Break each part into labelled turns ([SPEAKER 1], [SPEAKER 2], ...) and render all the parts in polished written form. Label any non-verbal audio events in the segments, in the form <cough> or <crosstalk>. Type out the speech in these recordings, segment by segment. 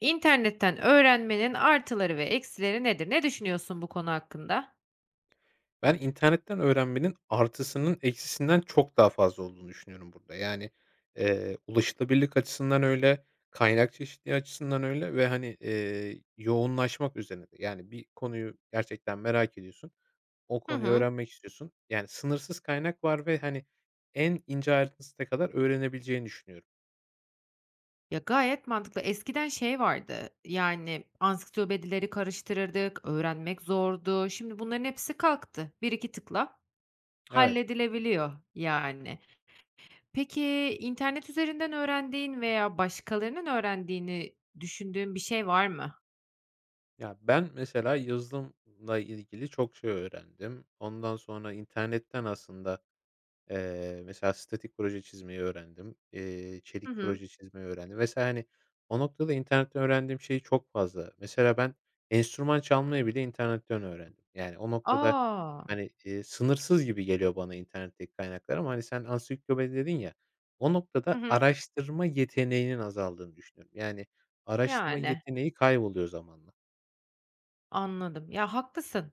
[SPEAKER 1] İnternetten öğrenmenin artıları ve eksileri nedir? Ne düşünüyorsun bu konu hakkında?
[SPEAKER 2] Ben internetten öğrenmenin artısının eksisinden çok daha fazla olduğunu düşünüyorum burada. Yani, ulaşılabilirlik açısından öyle, kaynak çeşitliliği açısından öyle ve, hani, yoğunlaşmak üzerine de. Yani bir konuyu gerçekten merak ediyorsun, o
[SPEAKER 1] Hı
[SPEAKER 2] konuyu
[SPEAKER 1] hı.
[SPEAKER 2] öğrenmek istiyorsun. Yani sınırsız kaynak var ve, hani, en ince ayrıntısına kadar öğrenebileceğini düşünüyorum.
[SPEAKER 1] Ya, gayet mantıklı. Eskiden şey vardı, yani, ansiklopedileri karıştırırdık, öğrenmek zordu. Şimdi bunların hepsi kalktı. Bir iki tıkla
[SPEAKER 2] Evet.
[SPEAKER 1] halledilebiliyor, yani. Peki, internet üzerinden öğrendiğin veya başkalarının öğrendiğini düşündüğün bir şey var mı?
[SPEAKER 2] Ya, ben mesela yazılımla ilgili çok şey öğrendim. Ondan sonra internetten aslında, mesela statik proje çizmeyi öğrendim. Çelik
[SPEAKER 1] Hı hı.
[SPEAKER 2] proje çizmeyi öğrendim. Mesela, hani, o noktada internetten öğrendiğim şey çok fazla. Mesela ben enstrüman çalmayı bile internetten öğrendim. Yani o noktada,
[SPEAKER 1] A!
[SPEAKER 2] hani, sınırsız gibi geliyor bana internetteki kaynaklar ama, hani, sen ansiklopedi dedin ya, o
[SPEAKER 1] Hı
[SPEAKER 2] noktada
[SPEAKER 1] hı.
[SPEAKER 2] araştırma yeteneğinin azaldığını düşünüyorum. Yani araştırma
[SPEAKER 1] Yani.
[SPEAKER 2] yeteneği kayboluyor zamanla.
[SPEAKER 1] Anladım. Ya, haklısın.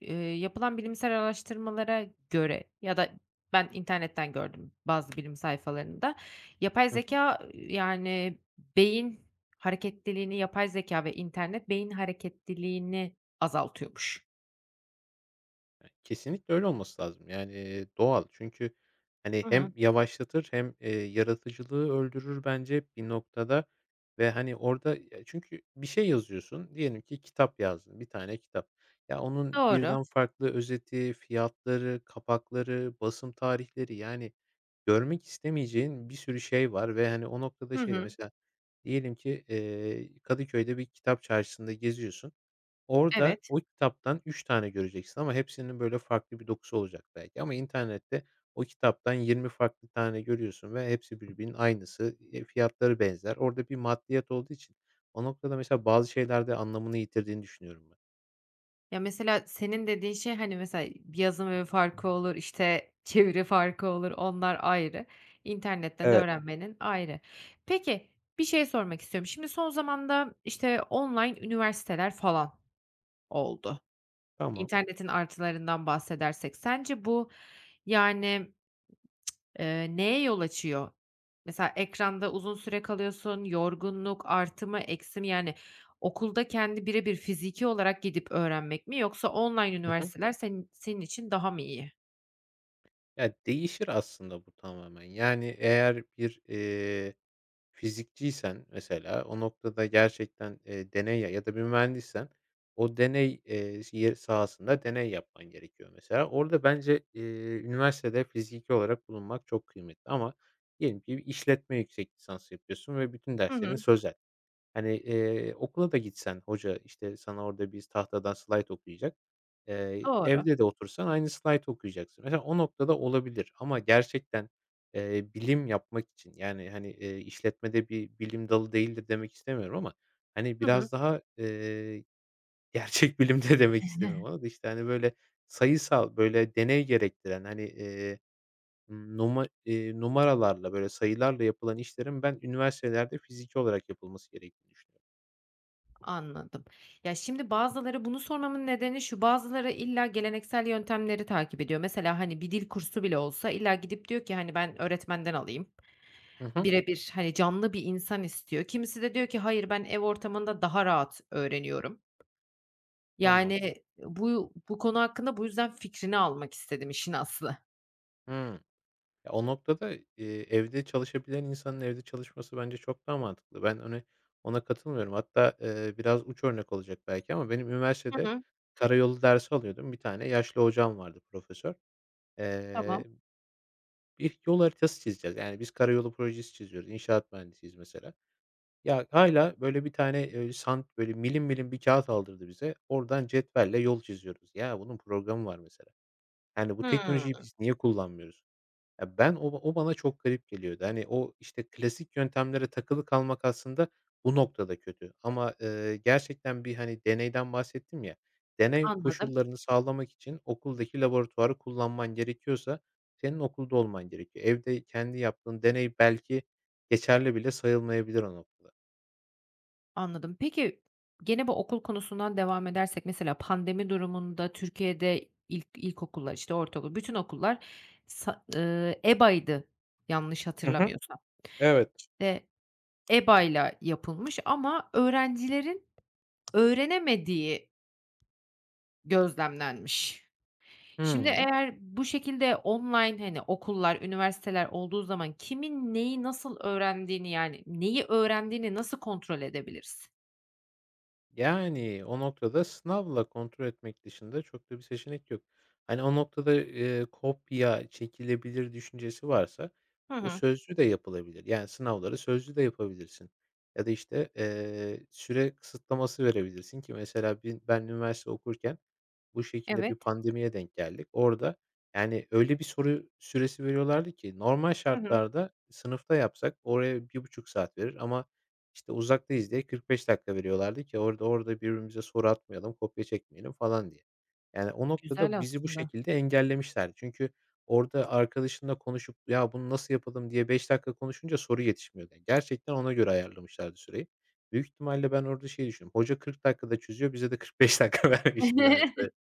[SPEAKER 1] Yapılan bilimsel araştırmalara göre ya da ben internetten gördüm bazı bilim sayfalarında. Yapay
[SPEAKER 2] Hıh.
[SPEAKER 1] zekâ, yani, beyin hareketliliğini yapay zekâ ve internet beyin hareketliliğini azaltıyormuş.
[SPEAKER 2] E, kesinlikle öyle olması lazım. Yani, doğal. Çünkü, hani,
[SPEAKER 1] Hı hı.
[SPEAKER 2] hem yavaşlatır hem, yaratıcılığı öldürür bence bir noktada ve, hani, orada ya, çünkü bir şey yazıyorsun. Diyelim ki kitap yazdın, bir tane kitap. Ya, onun
[SPEAKER 1] Doğru.
[SPEAKER 2] birden farklı özeti, fiyatları, kapakları, basım tarihleri, yani, görmek istemeyeceğin bir sürü şey var ve, hani, o noktada
[SPEAKER 1] Hı
[SPEAKER 2] şey de
[SPEAKER 1] hı.
[SPEAKER 2] mesela diyelim ki, Kadıköy'de bir kitap çarşısında geziyorsun. Orada
[SPEAKER 1] Evet.
[SPEAKER 2] o kitaptan 3 tane göreceksin ama hepsinin böyle farklı bir dokusu olacak belki ama internette o kitaptan 20 farklı tane görüyorsun ve hepsi birbirinin aynısı. Fiyatları benzer. Orada bir maddiyat olduğu için o noktada mesela bazı şeylerde anlamını yitirdiğini düşünüyorum ben.
[SPEAKER 1] Ya, mesela senin dediğin şey, hani, mesela yazım evi farkı olur, işte, çeviri farkı olur, onlar ayrı. İnternetten
[SPEAKER 2] Evet.
[SPEAKER 1] öğrenmenin ayrı. Peki, bir şey sormak istiyorum. Şimdi son zamanda, işte, online üniversiteler falan oldu.
[SPEAKER 2] Tamam.
[SPEAKER 1] İnternetin artılarından bahsedersek sence bu, yani, neye yol açıyor? Mesela ekranda uzun süre kalıyorsun, yorgunluk artı mı eksi mi? Yani okulda kendi birebir fiziki olarak gidip öğrenmek mi yoksa online
[SPEAKER 2] Hı hı.
[SPEAKER 1] üniversiteler senin için daha mı iyi?
[SPEAKER 2] Ya, değişir aslında bu tamamen. Yani eğer bir fizikçiysen mesela o noktada gerçekten, deney ya da bir mühendissen o deney, s sahasında deney yapman gerekiyor mesela. Orada bence, üniversitede fiziki olarak bulunmak çok kıymetli ama diyelim ki bir işletme yüksek lisansı yapıyorsun ve bütün
[SPEAKER 1] Hı hı.
[SPEAKER 2] derslerin sözel. Hani, okula da gitsen hoca, işte, sana orada bir tahtadan slayt okuyacak. Eee,
[SPEAKER 1] Doğru.
[SPEAKER 2] evde de otursan aynı slaytı okuyacaksın. Mesela o noktada olabilir ama gerçekten, bilim yapmak için, yani, hani, işletmede bir bilim dalı değildir demek istemiyorum ama, hani,
[SPEAKER 1] Hı hı.
[SPEAKER 2] biraz daha, <laughs> gerçek bilim de demek istemiyorum ona da, işte, hani, böyle sayısal, böyle deney gerektiren, hani, numaralarla, böyle sayılarla yapılan işlerin ben üniversitelerde fiziki olarak yapılması gerektiğini düşünüyorum.
[SPEAKER 1] Anladım. Ya, şimdi bazıları bunu sormamın nedeni şu, bazıları illa geleneksel yöntemleri takip ediyor. Mesela, hani, bir dil kursu bile olsa illa gidip diyor ki, hani, ben öğretmenden alayım.
[SPEAKER 2] Hı hı.
[SPEAKER 1] Birebir, hani, canlı bir insan istiyor. Kimisi de diyor ki, hayır ben ev ortamında daha rahat öğreniyorum. Yani,
[SPEAKER 2] Tamam.
[SPEAKER 1] bu konu hakkında bu yüzden fikrini almak istedim işin aslı.
[SPEAKER 2] Hımm. Ya, o noktada, evde çalışabilen insanın evde çalışması bence çok daha mantıklı. Ben, hani, ona katılmıyorum. Hatta, biraz uç örnek olacak belki ama benim
[SPEAKER 1] Hı
[SPEAKER 2] üniversitede
[SPEAKER 1] hı.
[SPEAKER 2] karayolu dersi alıyordum. Bir tane yaşlı hocam vardı, profesör.
[SPEAKER 1] Tamam.
[SPEAKER 2] Eee, bir yol haritası çizeceğiz. Yani, biz karayolu projesi çiziyoruz. İnşaat mühendisiyiz mesela. Ya, hâlâ, böyle, bir tane, sant böyle, milim milim bir kâğıt aldırdı bize. Oradan cetvelle yol çiziyoruz. Ya, bunun programı var mesela. Yani, bu
[SPEAKER 1] Hımm.
[SPEAKER 2] teknolojiyi biz niye kullanmıyoruz? Ya, ben o bana çok garip geliyordu. Hani, o, işte, klasik yöntemlere takılı kalmak aslında bu noktada kötü ama, gerçekten bir, hani, deneyden bahsettim ya, deney
[SPEAKER 1] Anladım,
[SPEAKER 2] koşullarını sağlamak için okuldaki laboratuvarı kullanman gerekiyorsa senin okulda olman gerekiyor. Evde kendi yaptığın deney belki geçerli bile sayılmayabilir o noktada.
[SPEAKER 1] anladım. Peki, gene bu okul konusundan devam edersek mesela pandemi durumunda Türkiye'de ilkokullar, işte, ortaokul, bütün okullar, sa EBA'ydı yanlış
[SPEAKER 2] Hı hı.
[SPEAKER 1] hatırlamıyorsam.
[SPEAKER 2] Evet.
[SPEAKER 1] İşte, EBA'yla yapılmış ama öğrencilerin öğrenemediği gözlemlenmiş. Şimdi
[SPEAKER 2] Hıı.
[SPEAKER 1] eğer bu şekilde online, hani, okullar, üniversiteler olduğu zaman kimin neyi nasıl öğrendiğini, yani, neyi öğrendiğini nasıl kontrol edebiliriz?
[SPEAKER 2] Yani, o noktada sınavla kontrol etmek dışında çok da bir seçenek yok. Hani, o noktada, kopya çekilebilir düşüncesi varsa
[SPEAKER 1] Hı
[SPEAKER 2] bu
[SPEAKER 1] hı.
[SPEAKER 2] sözlü de yapılabilir. Yani, sınavları sözlü de yapabilirsin ya da, işte, süre kısıtlaması verebilirsin ki mesela ben üniversite okurken bu şekilde bir
[SPEAKER 1] Evet.
[SPEAKER 2] pandemiye denk geldik. Orada, yani, öyle bir soru süresi veriyorlardı ki normal
[SPEAKER 1] Hı hı.
[SPEAKER 2] şartlarda sınıfta yapsak oraya 1,5 saat verir ama, işte, uzaktayız diye 45 dakika veriyorlardı ki orada birbirimize soru atmayalım, kopya çekmeyelim falan diye. Yani, o
[SPEAKER 1] Güzel
[SPEAKER 2] noktada bizi bu
[SPEAKER 1] aslında.
[SPEAKER 2] şekilde engellemişlerdi. Çünkü orada arkadaşınla konuşup, "Ya, bunu nasıl yapalım?" diye 5 dakika konuşunca soru yetişmiyordu. Yani gerçekten ona göre ayarlamışlardı süreyi. Büyük ihtimalle ben orada şey düşünüyorum: hoca 40 dakikada çözüyor, bize de 45 dakika <laughs> vermiş gibi. hani,
[SPEAKER 1] <laughs>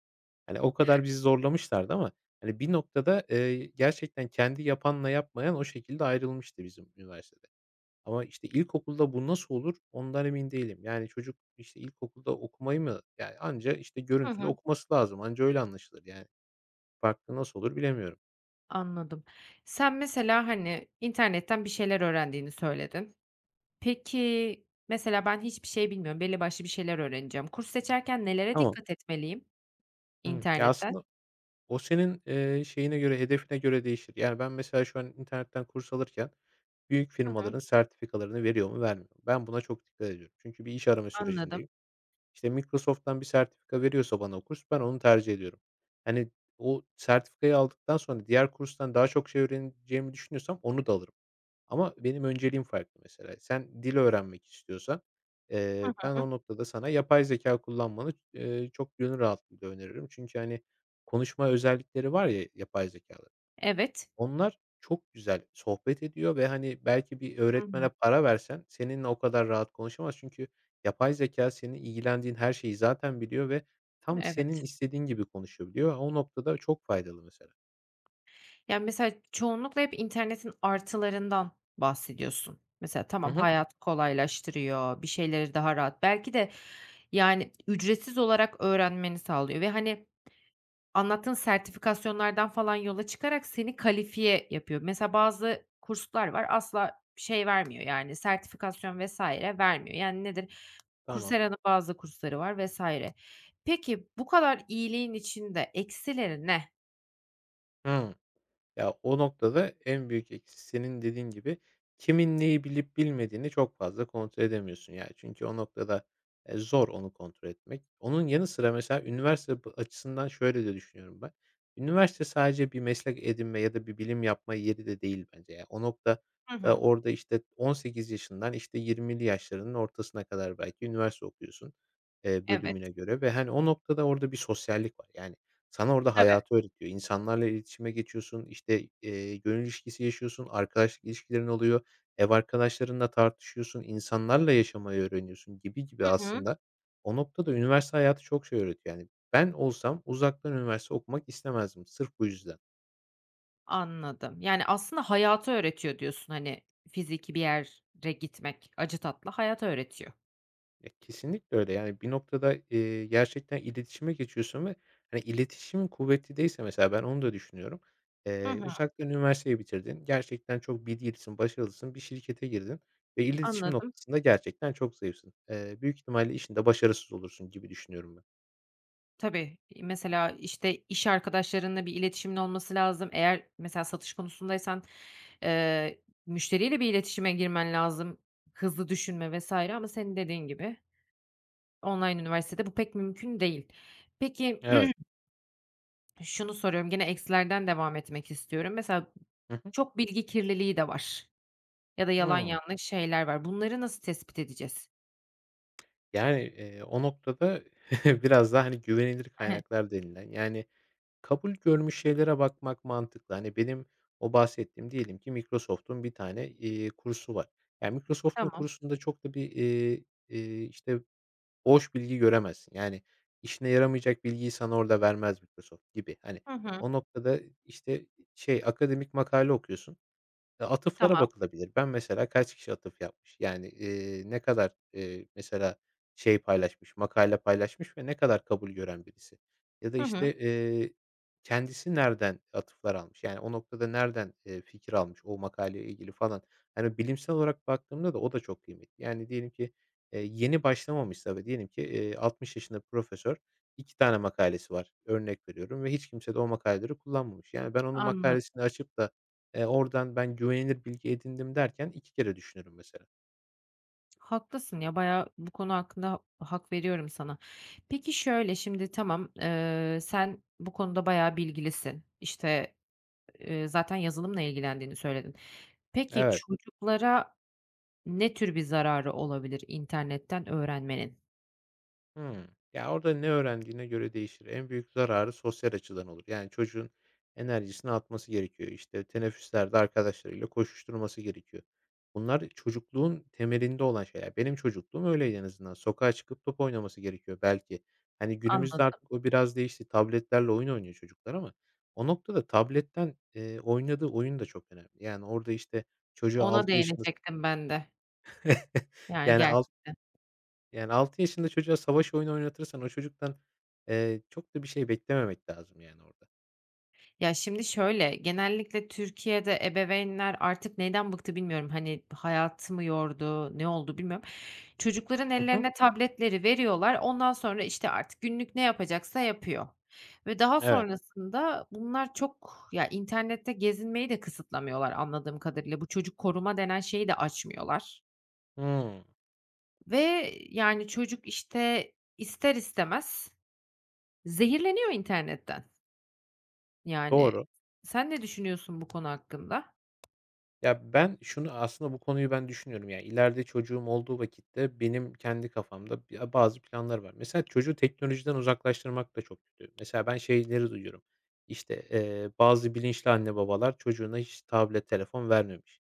[SPEAKER 2] Hani, o kadar bizi zorlamışlardı ama, hani, bir noktada, gerçekten kendi yapanla yapmayan o şekilde ayrılmıştı bizim üniversitede. Ama, işte, ilkokulda bu nasıl olur ondan emin değilim. Yani, çocuk, işte, ilkokulda okumayı mı yani, anca, işte,
[SPEAKER 1] Hı
[SPEAKER 2] görüntülü
[SPEAKER 1] hı.
[SPEAKER 2] okuması lazım. Anca öyle anlaşılır yani. Farklı nasıl olur bilemiyorum
[SPEAKER 1] Anladım. Sen mesela, hani, internetten bir şeyler öğrendiğini söyledin. Peki, mesela ben hiçbir şey bilmiyorum, belli başlı bir şeyler öğreneceğim. Kurs seçerken nelere
[SPEAKER 2] ama.
[SPEAKER 1] dikkat etmeliyim
[SPEAKER 2] Hımm. Ya,
[SPEAKER 1] internetten?
[SPEAKER 2] aslında o senin, şeyine göre, hedefine göre değişir. Yani, ben mesela şu an internetten kurs alırken büyük
[SPEAKER 1] Hı hı.
[SPEAKER 2] firmaların sertifikalarını veriyor mu, vermiyor mu? Ben buna çok dikkat ediyorum. Çünkü bir iş arama
[SPEAKER 1] Anladım.
[SPEAKER 2] sürecindeyim. İşte, Microsoft'tan bir sertifika veriyorsa bana o kurs, ben onu tercih ediyorum. Hani, o sertifikayı aldıktan sonra diğer kurstan daha çok şey öğreneceğimi düşünüyorsam onu da alırım. Ama benim önceliğim farklı mesela. Sen dil öğrenmek istiyorsan,
[SPEAKER 1] Hı
[SPEAKER 2] ben
[SPEAKER 1] hı.
[SPEAKER 2] o noktada sana yapay zeka kullanmanı, çok gönül rahatlığıyla öneririm. Çünkü, hani, konuşma özellikleri var ya yapay zekâda.
[SPEAKER 1] Evet.
[SPEAKER 2] Onlar çok güzel sohbet ediyor ve, hani, belki bir
[SPEAKER 1] Hı hı.
[SPEAKER 2] öğretmene para versen seninle o kadar rahat konuşamaz. Çünkü yapay zekâ senin ilgilendiğin her şeyi zaten biliyor ve tam senin
[SPEAKER 1] Evet.
[SPEAKER 2] istediğin gibi konuşabiliyor. O noktada çok faydalı mesela.
[SPEAKER 1] Yani mesela çoğunlukla hep internetin artılarından bahsediyorsun. Mesela
[SPEAKER 2] Hı
[SPEAKER 1] tamam,
[SPEAKER 2] hı.
[SPEAKER 1] hayatı kolaylaştırıyor, bir şeyleri daha rahat belki de, yani, ücretsiz olarak öğrenmeni sağlıyor ve, hani, anlattığın sertifikasyonlardan falan yola çıkarak seni kalifiye yapıyor. Mesela bazı kurslar var, asla şey vermiyor, yani, sertifikasyon vesaire vermiyor. Yani, nedir?
[SPEAKER 2] Tamam.
[SPEAKER 1] Coursera'nın bazı kursları var vesaire. Peki, bu kadar iyiliğin içinde eksileri ne?
[SPEAKER 2] Hıı. Ya, o noktada en büyük eksi senin dediğin gibi kimin neyi bilip bilmediğini çok fazla kontrol edemiyorsun. Ya, çünkü o noktada, zor onu kontrol etmek. Onun yanı sıra mesela üniversite b açısından şöyle de düşünüyorum ben. Üniversite sadece bir meslek edinme ya da bir bilim yapma yeri de değil bence. Ya, o noktada
[SPEAKER 1] Hı hı.
[SPEAKER 2] orada, işte, 18 yaşından, işte, 20'li yaşlarının ortasına kadar belki üniversite okuyorsun,
[SPEAKER 1] Evet.
[SPEAKER 2] bölümüne göre ve, hani, o noktada orada bir sosyallik var. Yani sana orada
[SPEAKER 1] Tabii.
[SPEAKER 2] hayatı öğretiyor. İnsanlarla iletişime geçiyorsun, işte, gönül ilişkisi yaşıyorsun, arkadaşlık ilişkilerin oluyor, ev arkadaşlarınla tartışıyorsun, insanlarla yaşamayı öğreniyorsun gibi gibi
[SPEAKER 1] Hı hı.
[SPEAKER 2] aslında. O noktada üniversite hayatı çok şey öğretiyor. Yani ben olsam uzaktan üniversite okumak istemezdim sırf bu yüzden.
[SPEAKER 1] Anladım. Yani, aslında hayatı öğretiyor diyorsun, hani, fiziki bir yere gitmek acı tatlı hayatı öğretiyor.
[SPEAKER 2] Ya, kesinlikle öyle. Yani, bir noktada, gerçekten iletişime geçiyorsun ve, hani, iletişimin kuvvetli değilse mesela ben onu da düşünüyorum.
[SPEAKER 1] Hı
[SPEAKER 2] Eee,
[SPEAKER 1] hı,
[SPEAKER 2] uzaktan üniversiteyi bitirdin. Gerçekten çok bilgilisin, başarılısın. Bir şirkete girdin ve iletişim
[SPEAKER 1] anladım.
[SPEAKER 2] noktasında gerçekten çok zayıfsın. Büyük ihtimalle işinde başarısız olursun gibi düşünüyorum ben.
[SPEAKER 1] Tabii, mesela, işte, iş arkadaşlarınla bir iletişimin olması lazım. Eğer mesela satış konusundaysan, müşteriyle bir iletişime girmen lazım. Hızlı düşünme vesaire. Ama senin dediğin gibi online üniversitede bu pek mümkün değil. Peki,
[SPEAKER 2] Evet.
[SPEAKER 1] <clears throat> şunu soruyorum, gene eksilerden devam etmek istiyorum. Mesela
[SPEAKER 2] Hı hı.
[SPEAKER 1] çok bilgi kirliliği de var. Ya da yalan
[SPEAKER 2] Hımm.
[SPEAKER 1] yanlış şeyler var. Bunları nasıl tespit edeceğiz?
[SPEAKER 2] Yani, o noktada <laughs> biraz daha, hani, güvenilir
[SPEAKER 1] Ehe,
[SPEAKER 2] kaynaklar denilen, yani kabul görmüş şeylere bakmak mantıklı. Hani, benim o bahsettiğim diyelim ki Microsoft'un bir tane, kursu var. Yani, Microsoft'un
[SPEAKER 1] tamam.
[SPEAKER 2] kursunda çok da bir, işte, boş bilgi göremezsin. Yani, işine yaramayacak bilgiyi sana orada vermez Microsoft gibi. Hani,
[SPEAKER 1] Hı hı.
[SPEAKER 2] o noktada, işte, şey, akademik makale okuyorsun. E, atıflara
[SPEAKER 1] Tamam.
[SPEAKER 2] bakılabilir. Ben mesela kaç kişi atıf yapmış? Yani, ne kadar, mesela şey paylaşmış, makale paylaşmış ve ne kadar kabul gören birisi? Ya da,
[SPEAKER 1] Hı hı.
[SPEAKER 2] işte, kendisi nereden atıflar almış? Yani o noktada nereden, fikir almış o makaleyle ilgili falan? Hani bilimsel olarak baktığımda da o da çok kıymetli. Yani diyelim ki, yeni başlamamışsa ve diyelim ki, 60 yaşında profesör 2 tane makalesi var, örnek veriyorum ve hiç kimse de o makaleleri kullanmamış. Yani ben onun
[SPEAKER 1] Anladım.
[SPEAKER 2] makalesini açıp da, oradan ben güvenilir bilgi edindim derken 2 kere düşünürüm mesela.
[SPEAKER 1] Haklısın ya, bayağı bu konu hakkında hak veriyorum sana. Peki şöyle, şimdi tamam, sen bu konuda bayağı bilgilisin. İşte, zaten yazılımla ilgilendiğini söyledin. Peki
[SPEAKER 2] Evet.
[SPEAKER 1] çocuklara ne tür bir zararı olabilir internetten öğrenmenin?
[SPEAKER 2] Hımm. Ya, orada ne öğrendiğine göre değişir. En büyük zararı sosyal açıdan olur. Yani, çocuğun enerjisini atması gerekiyor. İşte, teneffüslerde arkadaşlarıyla koşuşturması gerekiyor. Bunlar çocukluğun temelinde olan şeyler. Benim çocukluğum öyleydi en azından. Sokağa çıkıp top oynaması gerekiyor belki. Hani, günümüzde
[SPEAKER 1] Anladım.
[SPEAKER 2] artık o biraz değişti. Tabletlerle oyun oynuyor çocuklar ama o noktada tabletten, oynadığı oyun da çok önemli. Yani, orada, işte, çocuğa
[SPEAKER 1] Ona
[SPEAKER 2] 6 yaşında
[SPEAKER 1] değinecektim ben de.
[SPEAKER 2] <laughs>
[SPEAKER 1] Yani
[SPEAKER 2] Yani, alt
[SPEAKER 1] gerçekten.
[SPEAKER 2] yani, 6 yaşında çocuğa savaş oyunu oynatırsan o çocuktan, çok da bir şey beklememek lazım yani orada.
[SPEAKER 1] Ya, şimdi şöyle, genellikle Türkiye'de ebeveynler artık neyden bıktı bilmiyorum. Hani, hayatı mı yordu, ne oldu bilmiyorum. Çocukların
[SPEAKER 2] Hı hı.
[SPEAKER 1] ellerine tabletleri veriyorlar. Ondan sonra, işte, artık günlük ne yapacaksa yapıyor ve daha
[SPEAKER 2] Evet.
[SPEAKER 1] sonrasında bunlar çok ya, internette gezinmeyi de kısıtlamıyorlar anladığım kadarıyla. Bu çocuk koruma denen şeyi de açmıyorlar
[SPEAKER 2] Hımm.
[SPEAKER 1] ve, yani, çocuk, işte, ister istemez zehirleniyor internetten. Yani,
[SPEAKER 2] Doğru.
[SPEAKER 1] sen ne düşünüyorsun bu konu hakkında?
[SPEAKER 2] Ya, ben şunu aslında bu konuyu ben düşünüyorum. Ya, ileride çocuğum olduğu vakitte benim kendi kafamda bazı planlar var. Mesela çocuğu teknolojiden uzaklaştırmak da çok kötü. Mesela ben şeyleri duyuyorum. İşte, bazı bilinçli anne babalar çocuğuna hiç tablet, telefon vermemiş.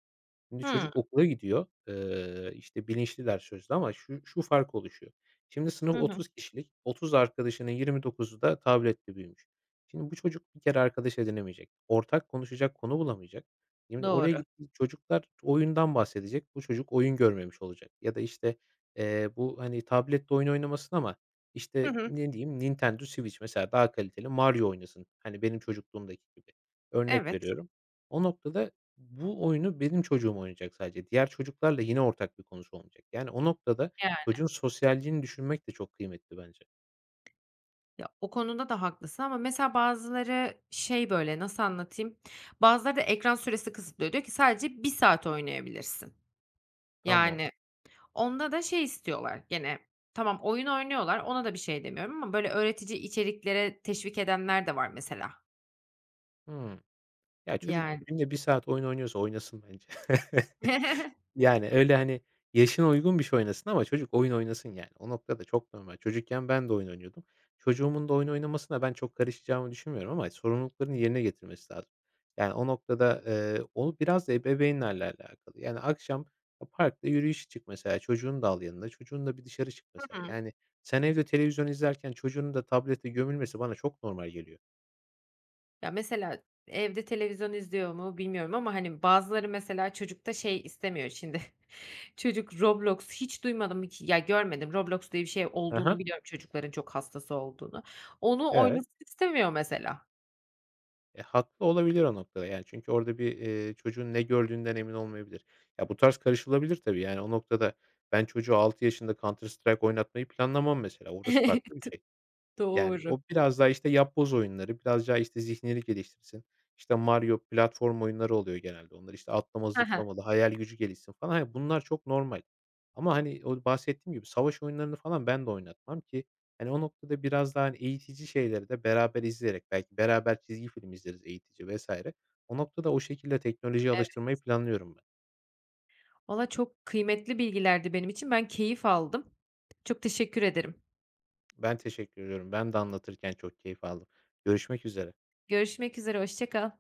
[SPEAKER 2] Şimdi
[SPEAKER 1] Hıı.
[SPEAKER 2] çocuk okula gidiyor. İşte, bilinçliler sözlü ama şu şu fark oluşuyor. Şimdi sınıf
[SPEAKER 1] Hı hı.
[SPEAKER 2] 30 kişilik, 30 arkadaşının 29'u da tabletle büyümüş. Şimdi bu çocuk bir kere arkadaş edinemeyecek. Ortak konuşacak konu bulamayacak. Şimdi oraya
[SPEAKER 1] Doğru.
[SPEAKER 2] gittiği çocuklar oyundan bahsedecek. Bu çocuk oyun görmemiş olacak ya da, işte, bu, hani, tablette oyun oynamasın ama,
[SPEAKER 1] Hı
[SPEAKER 2] işte,
[SPEAKER 1] hı.
[SPEAKER 2] ne diyeyim, Nintendo Switch mesela daha kaliteli Mario oynasın. Hani, benim çocukluğumdaki gibi. Örnek
[SPEAKER 1] Evet.
[SPEAKER 2] veriyorum. O noktada bu oyunu benim çocuğum oynayacak sadece. Diğer çocuklarla yine ortak bir konusu olmayacak. Yani o noktada
[SPEAKER 1] Yani.
[SPEAKER 2] çocuğun sosyalliğini düşünmek de çok kıymetli bence.
[SPEAKER 1] Ya, o konuda da haklısın ama mesela bazıları şey, böyle, nasıl anlatayım? Bazıları da ekran süresi kısıtlıyor. Diyor ki sadece bir saat oynayabilirsin.
[SPEAKER 2] Tamam.
[SPEAKER 1] Yani onda da şey istiyorlar gene, tamam oyun oynuyorlar, ona da bir şey demiyorum ama böyle öğretici içeriklere teşvik edenler de var mesela.
[SPEAKER 2] Hımm. Ya, çocuk
[SPEAKER 1] Yani.
[SPEAKER 2] günde bir saat oyun oynuyorsa oynasın bence. <laughs>
[SPEAKER 1] <laughs>
[SPEAKER 2] Yani, öyle, hani, yaşına uygun bir şey oynasın ama çocuk oyun oynasın yani. O noktada çok normal. Çocukken ben de oyun oynuyordum. Çocuğumun da oyun oynamasına ben çok karışacağımı düşünmüyorum ama sorumluluklarını yerine getirmesi lazım. Yani, o noktada, o biraz da ebeveynlerle alakalı. Yani, akşam parkta yürüyüşe çık mesela, çocuğunu da al yanında çocuğun da bir dışarı çık mesela.
[SPEAKER 1] Hı.
[SPEAKER 2] Yani, sen evde televizyon izlerken çocuğunun da tablete gömülmesi bana çok normal geliyor.
[SPEAKER 1] Ya, mesela evde televizyon izliyor mu bilmiyorum ama, hani, bazıları mesela çocukta şey istemiyor şimdi. Çocuk Roblox hiç duymadım, hiç ya görmedim. Roblox diye bir şey olduğunu
[SPEAKER 2] Hı.
[SPEAKER 1] biliyorum, çocukların çok hastası olduğunu. Onu
[SPEAKER 2] Evet.
[SPEAKER 1] oynasın istemiyor mesela.
[SPEAKER 2] E, haklı olabilir o noktada, yani, çünkü orada bir, çocuğun ne gördüğünden emin olmayabilir. Ya, bu tarz karışılabilir tabii, yani, o noktada ben çocuğu 6 yaşında Counter Strike oynatmayı planlamam mesela. Orası farklı bir
[SPEAKER 1] D
[SPEAKER 2] şey. Yani,
[SPEAKER 1] doğru.
[SPEAKER 2] o biraz daha, işte, yapboz oyunları, biraz daha, işte, zihnini geliştirsin. İşte, Mario platform oyunları oluyor genelde. Onlar, işte, atlamalı,
[SPEAKER 1] Hı hı,
[SPEAKER 2] zıplamalı, hayal gücü gelişsin falan. Hani, bunlar çok normal ama, hani, o bahsettiğim gibi savaş oyunlarını falan ben de oynatmam ki, hani, o noktada biraz daha, hani, eğitici şeyleri de beraber izleyerek, belki beraber çizgi film izleriz eğitici vesaire. O noktada o şekilde teknolojiye
[SPEAKER 1] evet.
[SPEAKER 2] alıştırmayı planlıyorum ben.
[SPEAKER 1] Valla çok kıymetli bilgilerdi benim için. Ben keyif aldım. Çok teşekkür ederim.
[SPEAKER 2] Ben teşekkür ediyorum. Ben de anlatırken çok keyif aldım. Görüşmek üzere.
[SPEAKER 1] Görüşmek üzere, hoşça kal.